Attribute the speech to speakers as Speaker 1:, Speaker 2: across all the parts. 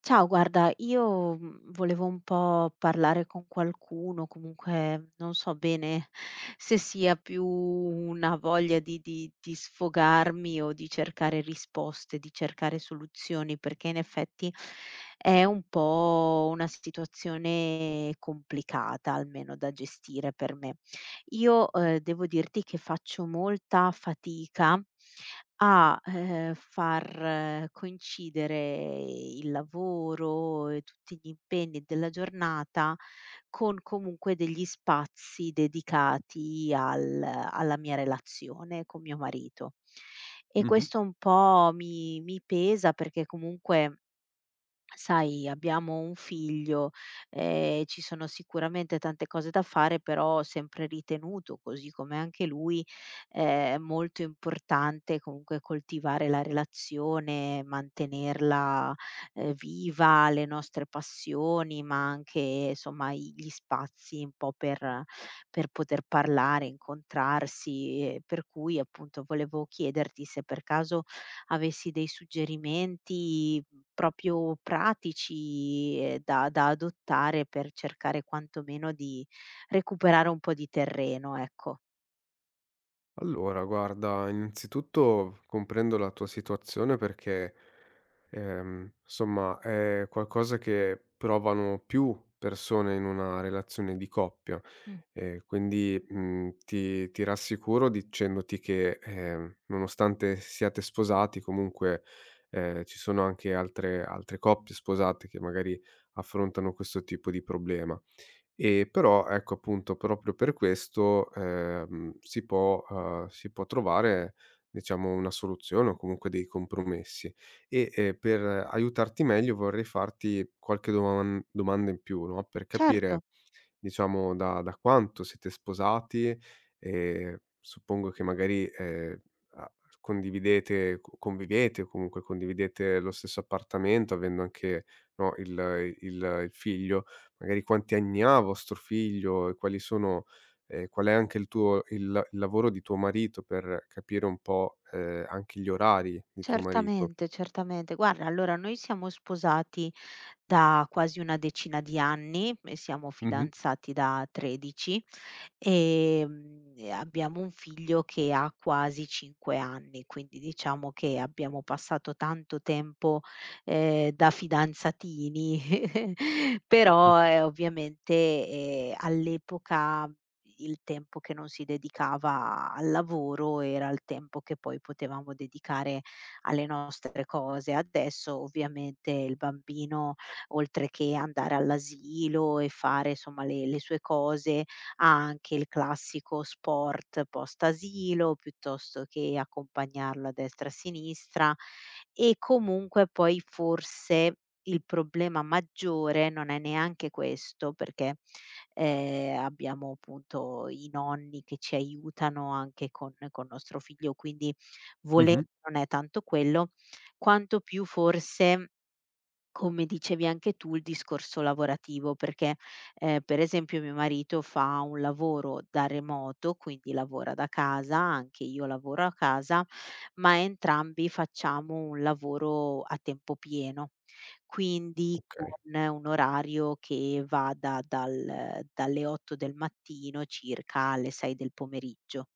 Speaker 1: Ciao, guarda, io volevo un po' parlare con qualcuno, comunque non so bene se sia più una voglia di, di sfogarmi o di cercare risposte, di cercare soluzioni, perché in effetti è un po' una situazione complicata, almeno da gestire per me. Io devo dirti che faccio molta fatica a, far coincidere il lavoro e tutti gli impegni della giornata con comunque degli spazi dedicati al alla mia relazione con mio marito. E
Speaker 2: Mh-mh.
Speaker 1: questo un po' mi pesa perché comunque sai, abbiamo un figlio, ci sono sicuramente tante cose da fare, però ho sempre ritenuto, così come anche lui, molto importante comunque coltivare la relazione, mantenerla, viva, le nostre passioni, ma anche somma i gli spazi un po' per poter parlare, incontrarsi, per cui appunto volevo chiederti se per caso avessi dei suggerimenti proprio pratici da, da adottare per cercare quantomeno di recuperare un po' di terreno, ecco.
Speaker 2: Allora guarda, innanzitutto comprendo la tua situazione perché, somma è qualcosa che provano più persone in una relazione di coppia.
Speaker 1: Mm.
Speaker 2: Quindi, ti rassicuro dicendoti che, nonostante siate sposati comunque, ci sono anche altre coppie sposate che magari affrontano questo tipo di problema. E però ecco, appunto, proprio per questo, si può trovare, diciamo, una soluzione o comunque dei compromessi. E, per aiutarti meglio vorrei farti qualche domanda in più, no, per
Speaker 1: Certo.
Speaker 2: capire, diciamo, da quanto siete sposati e suppongo che magari, a condividete co convivete o comunque condividete lo stesso appartamento avendo anche, no, il figlio. Magari quanti anni ha vostro figlio e quali sono qual è anche il lavoro di tuo marito per capire un po', anche gli orari di tuo marito.
Speaker 1: Certamente, certamente. Guarda, allora noi siamo sposati da quasi una decina di anni e siamo
Speaker 2: Mh-mh.
Speaker 1: fidanzati da 13, e abbiamo un figlio che ha quasi 5 anni, quindi diciamo che abbiamo passato tanto tempo, da fidanzatini,
Speaker 2: Mh.
Speaker 1: però, ovviamente, all'epoca il tempo che non si dedicava al lavoro era il tempo che poi potevamo dedicare alle nostre cose. Adesso ovviamente il bambino, oltre che andare all'asilo e fare insomma le sue cose, ha anche il classico sport post asilo, piuttosto che accompagnarlo a destra e a sinistra, e comunque poi forse il problema maggiore non è neanche questo, perché, abbiamo appunto i nonni che ci aiutano anche con nostro figlio, quindi Voler
Speaker 2: Mh-mh.
Speaker 1: non è tanto quello, quanto più forse, come dicevi anche tu, il discorso lavorativo, perché, per esempio mio marito fa un lavoro da remoto, quindi lavora da casa, anche io lavoro a casa, ma entrambi facciamo un lavoro a tempo pieno, quindi con
Speaker 2: Okay.
Speaker 1: un orario che va da dal dalle 8 del mattino circa alle 6 del pomeriggio.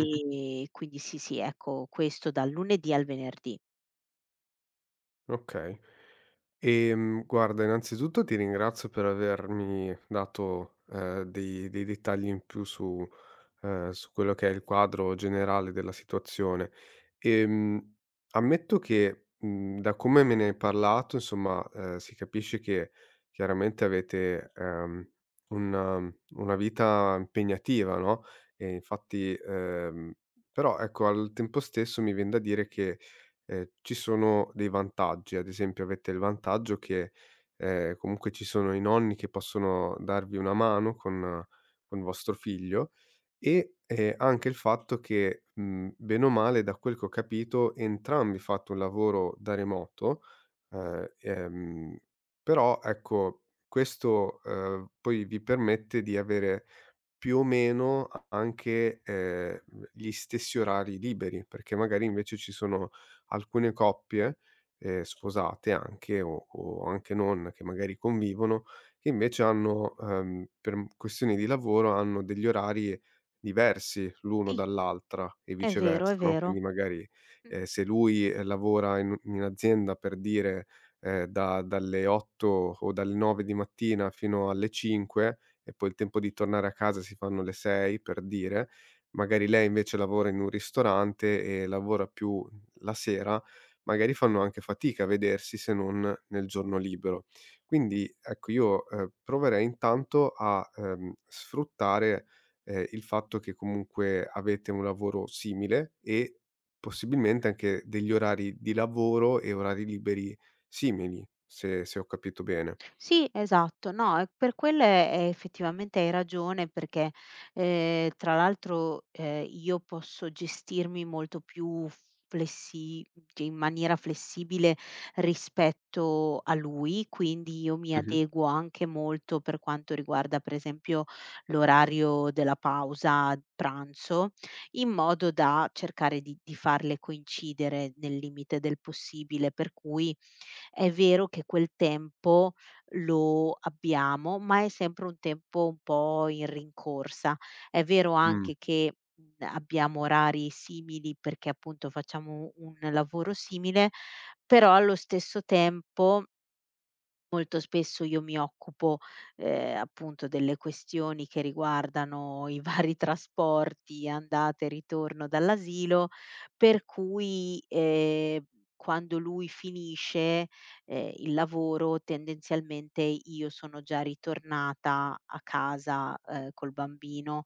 Speaker 2: Mh-mh.
Speaker 1: Quindi sì, sì, ecco, questo dal lunedì al venerdì.
Speaker 2: Okay. Guarda, innanzitutto ti ringrazio per avermi dato, dei dettagli in più su su quello che è il quadro generale della situazione. Ehm, ammetto che, da come me ne hai parlato, insomma, si capisce che chiaramente avete, una vita impegnativa, no, e infatti però ecco, al tempo stesso mi vien da dire che ci sono dei vantaggi. Ad esempio, avete il vantaggio che, comunque ci sono i nonni che possono darvi una mano con vostro figlio e, anche il fatto che, bene o male, da quel che ho capito, entrambi fate un lavoro da remoto, ehm, ehm, però ecco questo, poi vi permette di avere più o meno a anche, gli stessi orari liberi, perché magari invece ci sono alcune coppie, sposate anche o anche non, che magari convivono, che invece hanno, per m questioni di lavoro, hanno degli orari diversi l'uno
Speaker 1: Sì,
Speaker 2: dall'altra e
Speaker 1: è vero,
Speaker 2: viceversa,
Speaker 1: è
Speaker 2: no,
Speaker 1: vero.
Speaker 2: quindi magari,
Speaker 1: Mh.
Speaker 2: se lui, lavora in u in azienda per dire, da dalle 8 o dalle 9 di mattina fino alle 5, e poi il tempo di tornare a casa si fanno le 6 per dire, magari lei invece lavora in un ristorante e lavora più la sera, magari fanno anche fatica a vedersi se non nel giorno libero. Quindi ecco io, proverei intanto a, sfruttare, il fatto che comunque avete un lavoro simile e possibilmente anche degli orari di lavoro e orari liberi simili, se ho capito bene.
Speaker 1: Sì, esatto. No, e per quelle, effettivamente hai ragione perché, tra l'altro, io posso gestirmi molto più flessi cioè in maniera flessibile rispetto a lui, quindi io mi
Speaker 2: Mh-mh.
Speaker 1: adeguo anche molto per quanto riguarda, per esempio, l'orario della pausa pranzo, in modo da cercare di farle coincidere nel limite del possibile. Per cui è vero che quel tempo lo abbiamo, ma è sempre un tempo un po' in rincorsa. È vero
Speaker 2: Mh.
Speaker 1: anche che, abbiamo orari simili perché appunto facciamo un lavoro simile, però allo stesso tempo molto spesso io mi occupo, appunto delle questioni che riguardano i vari trasporti, andata e ritorno dall'asilo, per cui, quando lui finisce, il lavoro tendenzialmente io sono già ritornata a casa, col bambino,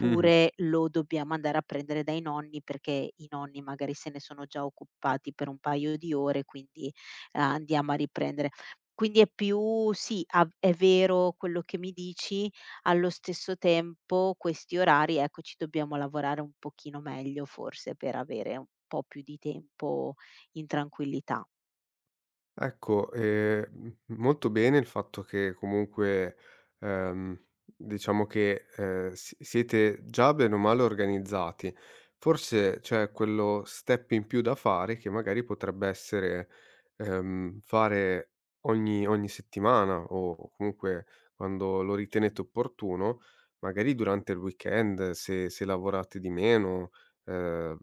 Speaker 2: Mh-mh.
Speaker 1: lo dobbiamo andare a prendere dai nonni perché i nonni magari se ne sono già occupati per un paio di ore, quindi, andiamo a riprendere. Quindi è più sì, av è vero quello che mi dici, allo stesso tempo questi orari, ecco, ci dobbiamo lavorare un pochino meglio forse per avere un po' più di tempo in tranquillità.
Speaker 2: Ecco, m molto bene il fatto che comunque, ehm, diciamo che, siete già bene o male organizzati. Forse c'è quello step in più da fare che magari potrebbe essere, fare ogni settimana o comunque quando lo ritenete opportuno, magari durante il weekend se lavorate di meno, ehm,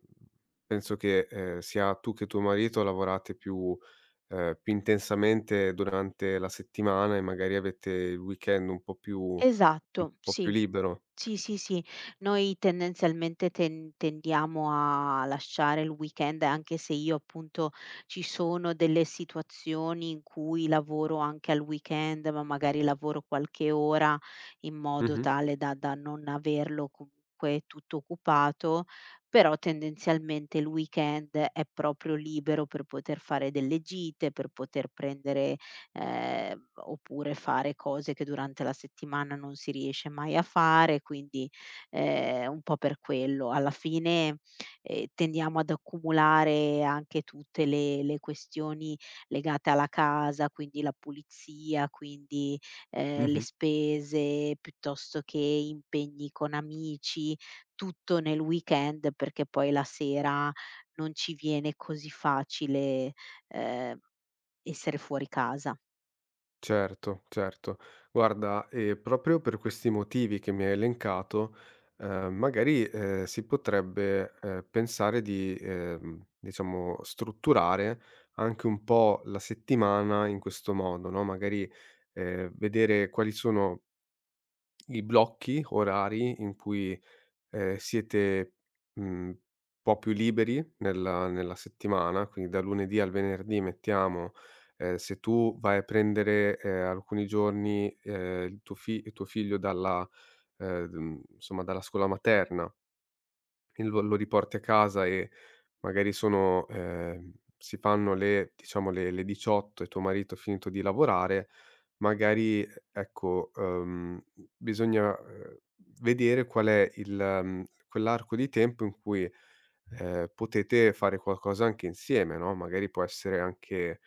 Speaker 2: penso che, sia tu che tuo marito lavorate più più intensamente durante la settimana e magari avete il weekend un
Speaker 1: Esatto,
Speaker 2: po' più
Speaker 1: sì.
Speaker 2: libero.
Speaker 1: Sì, sì, sì. Noi tendenzialmente tendiamo a lasciare il weekend, anche se io appunto ci sono delle situazioni in cui lavoro anche al weekend, ma magari lavoro qualche ora in modo
Speaker 2: Mh-mh,
Speaker 1: tale da non averlo comunque tutto occupato, però tendenzialmente il weekend è proprio libero per poter fare delle gite, per poter prendere oppure fare cose che durante la settimana non si riesce mai a fare, quindi, un po' per quello. Alla fine, tendiamo ad accumulare anche tutte le questioni legate alla casa, quindi la pulizia, quindi, le
Speaker 2: mh-mh.
Speaker 1: spese, piuttosto che impegni con amici, tutto nel weekend, perché poi la sera non ci viene così facile, ehm, essere fuori casa.
Speaker 2: Certo, certo. Guarda, proprio per questi motivi che mi hai elencato, magari, si potrebbe, pensare di, diciamo strutturare anche un po' la settimana in questo modo, no, magari, vedere quali sono i blocchi orari in cui siete, mhmm, po' più liberi nella settimana, quindi da lunedì al venerdì mettiamo, se tu vai a prendere, alcuni giorni, il tuo figlio dalla insomma dalla scuola materna e lo riporti a casa e magari sono si fanno le diciamo le 18 e tuo marito ha finito di lavorare, magari ecco, bisogna, vedere qual è il quell'arco di tempo in cui, potete fare qualcosa anche insieme, no, magari può essere anche,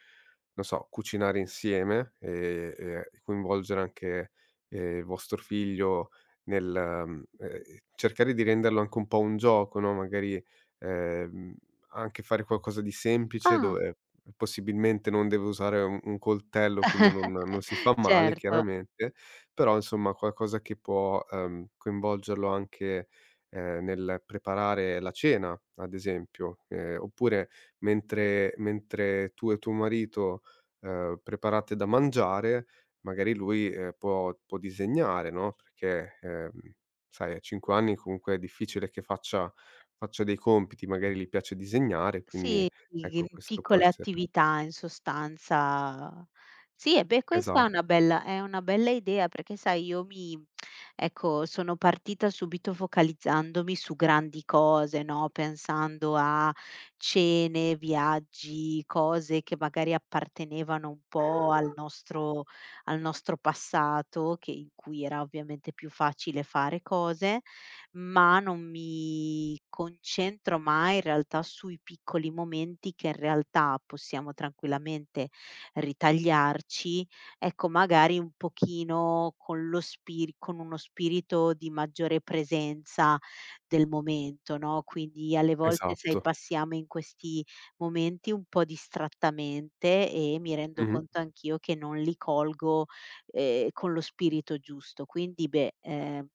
Speaker 2: non so, cucinare insieme, e coinvolgere anche, il vostro figlio nel cercare di renderlo anche un po' un gioco, no, magari, ehm anche fare qualcosa di semplice
Speaker 1: Ah.
Speaker 2: dove possibilmente non devo usare un coltello, quindi non si fa male
Speaker 1: Certo.
Speaker 2: chiaramente, però insomma qualcosa che può, coinvolgerlo anche, nel preparare la cena, ad esempio, oppure mentre tu e tuo marito, preparate da mangiare, magari lui, può può disegnare, no, perché, sai a 5 anni comunque è difficile che faccia faccio dei compiti, magari gli piace disegnare, quindi
Speaker 1: Sì, i
Speaker 2: ecco questo può
Speaker 1: piccole
Speaker 2: essere
Speaker 1: attività in sostanza. Sì, e beh, questa
Speaker 2: esa
Speaker 1: è una bella idea perché sai, io mi ecco, sono partita subito focalizzandomi su grandi cose, no, pensando a cene, viaggi, cose che magari appartenevano un po' al nostro passato, che in cui era ovviamente più facile fare cose, ma non mi concentro mai in realtà sui piccoli momenti che in realtà possiamo tranquillamente ritagliarci, ecco magari un pochino con lo spiri con uno spirito di maggiore presenza del momento, no, quindi alle volte sai
Speaker 2: esatto.
Speaker 1: passiamo in questi momenti un po' distrattamente e mi rendo
Speaker 2: Mh-mh.
Speaker 1: conto anch'io che non li colgo con lo spirito giusto. Quindi beh,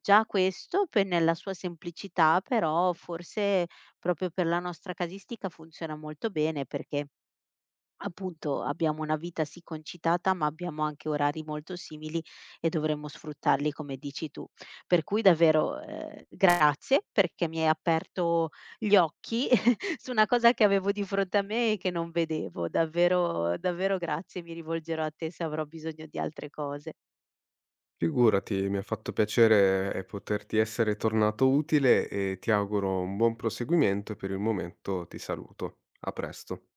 Speaker 1: già questo pe nella sua semplicità però forse proprio per la nostra casistica funziona molto bene perché appunto, abbiamo una vita sì concitata, ma abbiamo anche orari molto simili e dovremmo sfruttarli come dici tu. Per cui davvero, grazie perché mi hai aperto gli occhi su una cosa che avevo di fronte a me e che non vedevo. Davvero davvero grazie, mi rivolgerò a te se avrò bisogno di altre cose.
Speaker 2: Figurati, mi ha fatto piacere, poterti essere tornato utile e ti auguro un buon proseguimento e per il momento ti saluto. A presto.